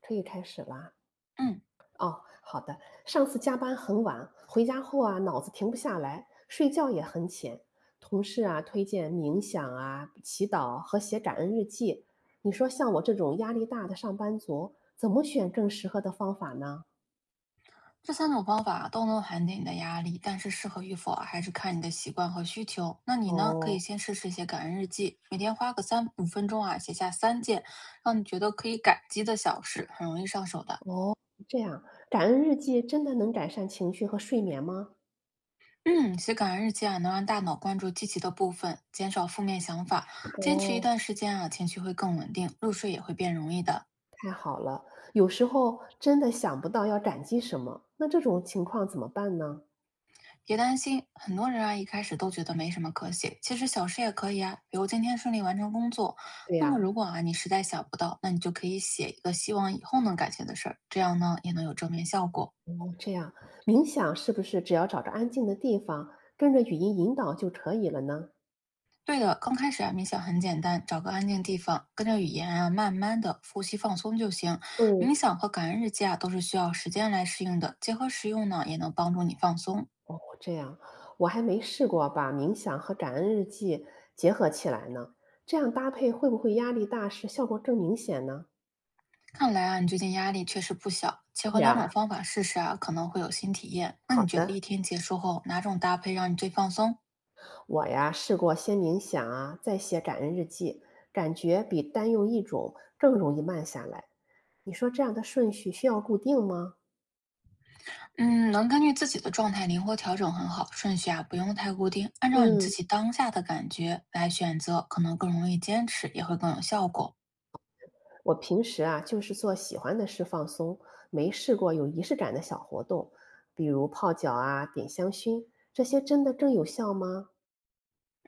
可以开始啦。嗯，哦，好的。上次加班很晚，回家后啊，脑子停不下来，睡觉也很浅。同事啊，推荐冥想啊、祈祷和写感恩日记。你说像我这种压力大的上班族，怎么选更适合的方法呢？这三种方法都能缓解你的压力，但是适合与否啊还是看你的习惯和需求。那你呢，可以哦先试试写感恩日记，每天花个3-5分钟啊，写下三件让你觉得可以感激的小事，很容易上手的。哦，这样，感恩日记真的能改善情绪和睡眠吗？嗯，写感恩日记啊，能让大脑关注积极的部分，减少负面想法。坚持一哦，段时间啊，情绪会更稳定，入睡也会变容易的。好了，有时候真的想不到要感激什么，那这种情况怎么办呢？别担心，很多人啊一开始都觉得没什么可写，其实小事也可以啊，比如今天顺利完成工作。对那么呀、如果啊你实在想不到，那你就可以写一个希望以后能感谢的事儿，这样呢也能有正面效果。哦，这样，冥想是不是只要找着安静的地方，跟着语音引导就可以了呢？对的，刚开始啊冥想很简单，找个安静地方，跟着语言啊慢慢的呼吸放松就行。冥嗯，想和感恩日记啊都是需要时间来适应的，结合实用呢也能帮助你放松。哦，这样，我还没试过把冥想和感恩日记结合起来呢。这样搭配会不会压力大时效果更明显呢？看来啊，你最近压力确实不小，结合对两种呀，方法试试啊，可能会有新体验。那你好觉得一的，天结束后，哪种搭配让你最放松？我呀试过先冥想啊，再写感恩日记，感觉比单用一种更容易慢下来。你说这样的顺序需要固定吗？嗯，能根据自己的状态灵活调整，很好。顺序啊，不用太固定，按照你自嗯。己当下的感觉来选择，可能更容易坚持，也会更有效果。我平时啊，就是做喜欢的事放松，没试过有仪式感的小活动，比如泡脚啊、点香薰，这些真的更有效吗？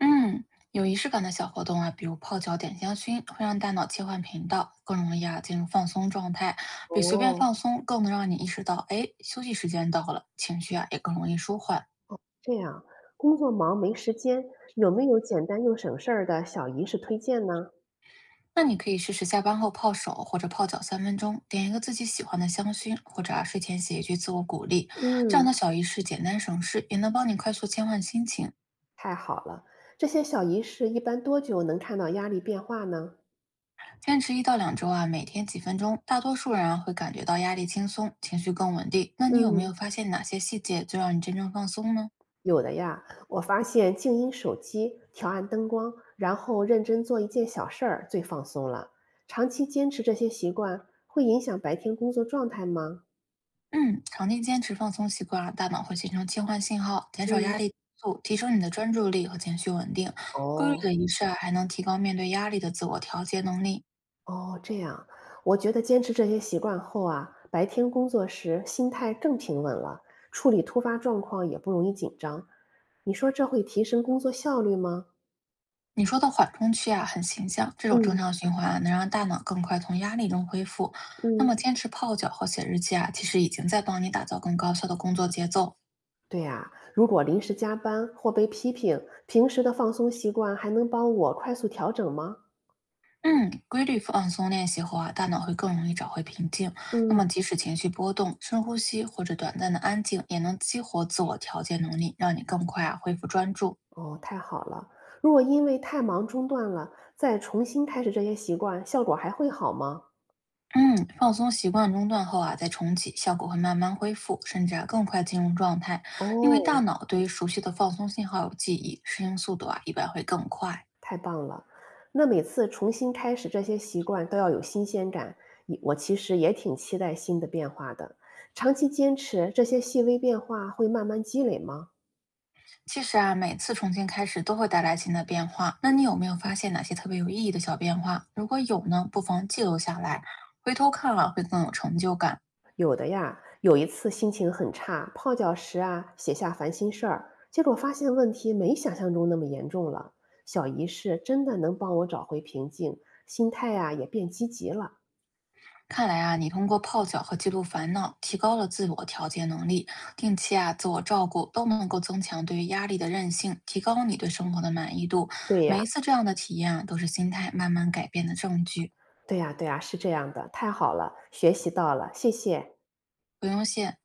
嗯，有仪式感的小活动啊，比如泡脚、点香薰，会让大脑切换频道，更容易啊进入放松状态，比随便放哦，松更能让你意识到，哎，休息时间到了，情绪啊也更容易舒缓。这样，工作忙没时间，有没有简单又省事儿的小仪式推荐呢？那你可以试试下班后泡手或者泡脚3分钟，点一个自己喜欢的香薰，或者啊睡前写一句自我鼓励，这样嗯，的小仪式简单省事，也能帮你快速切换心情。太好了，这些小仪式一般多久能看到压力变化呢？坚持1到2周啊，每天几分钟，大多数人啊会感觉到压力轻松，情绪更稳定。那你有没嗯。有发现哪些细节最让你真正放松呢？有的呀，我发现静音手机、调暗灯光，然后认真做一件小事儿最放松了。长期坚持这些习惯，会影响白天工作状态吗？嗯，长期坚持放松习惯啊，大脑会形成切换信号，减少压力嗯，因素，提升你的专注力和情绪稳定。规律的哦仪式啊，还能提高面对压力的自我调节能力。哦，这样，我觉得坚持这些习惯后啊，白天工作时心态更平稳了，处理突发状况也不容易紧张。你说这会提升工作效率吗？你说的缓冲区啊，很形象。这种正嗯。常循环啊能让大脑更快从压力中恢复。那么，坚嗯。持泡脚和写日记啊，其实已经在帮你打造更高效的工作节奏。对呀，如果临时加班或被批评，平时的放松习惯还能帮我快速调整吗？嗯，规律放松练习后啊，大脑会更容易找回平静。那嗯，么，即使情绪波动，深呼吸或者短暂的安静，也能激活自我调节能力，让你更快啊恢复专注。哦，太好了。如果因为太忙中断了，再重新开始这些习惯，效果还会好吗？嗯，放松习惯中断后啊，再重启，效果会慢慢恢复，甚至啊更快进入状态。因为大哦，脑对于熟悉的放松信号有记忆，适应速度啊一般会更快。太棒了。那每次重新开始这些习惯都要有新鲜感，也我其实也挺期待新的变化的。长期坚持，这些细微变化会慢慢积累吗？其实啊，每次重新开始都会带来新的变化。那你有没有发现哪些特别有意义的小变化？如果有呢，不妨记录下来，回头看啊会更有成就感。有的呀，有一次心情很差，泡脚时啊写下烦心事儿，结果发现问题没想象中那么严重了。小仪式真的能帮我找回平静，心态呀、也变积极了。看来啊，你通过泡脚和记录烦恼，提高了自我调节能力，定期啊自我照顾都能够增强对于压力的韧性，提高你对生活的满意度。对呀，每一次这样的体验啊，都是心态慢慢改变的证据，对呀，对呀，是这样的，太好了，学习到了，谢谢。不用谢。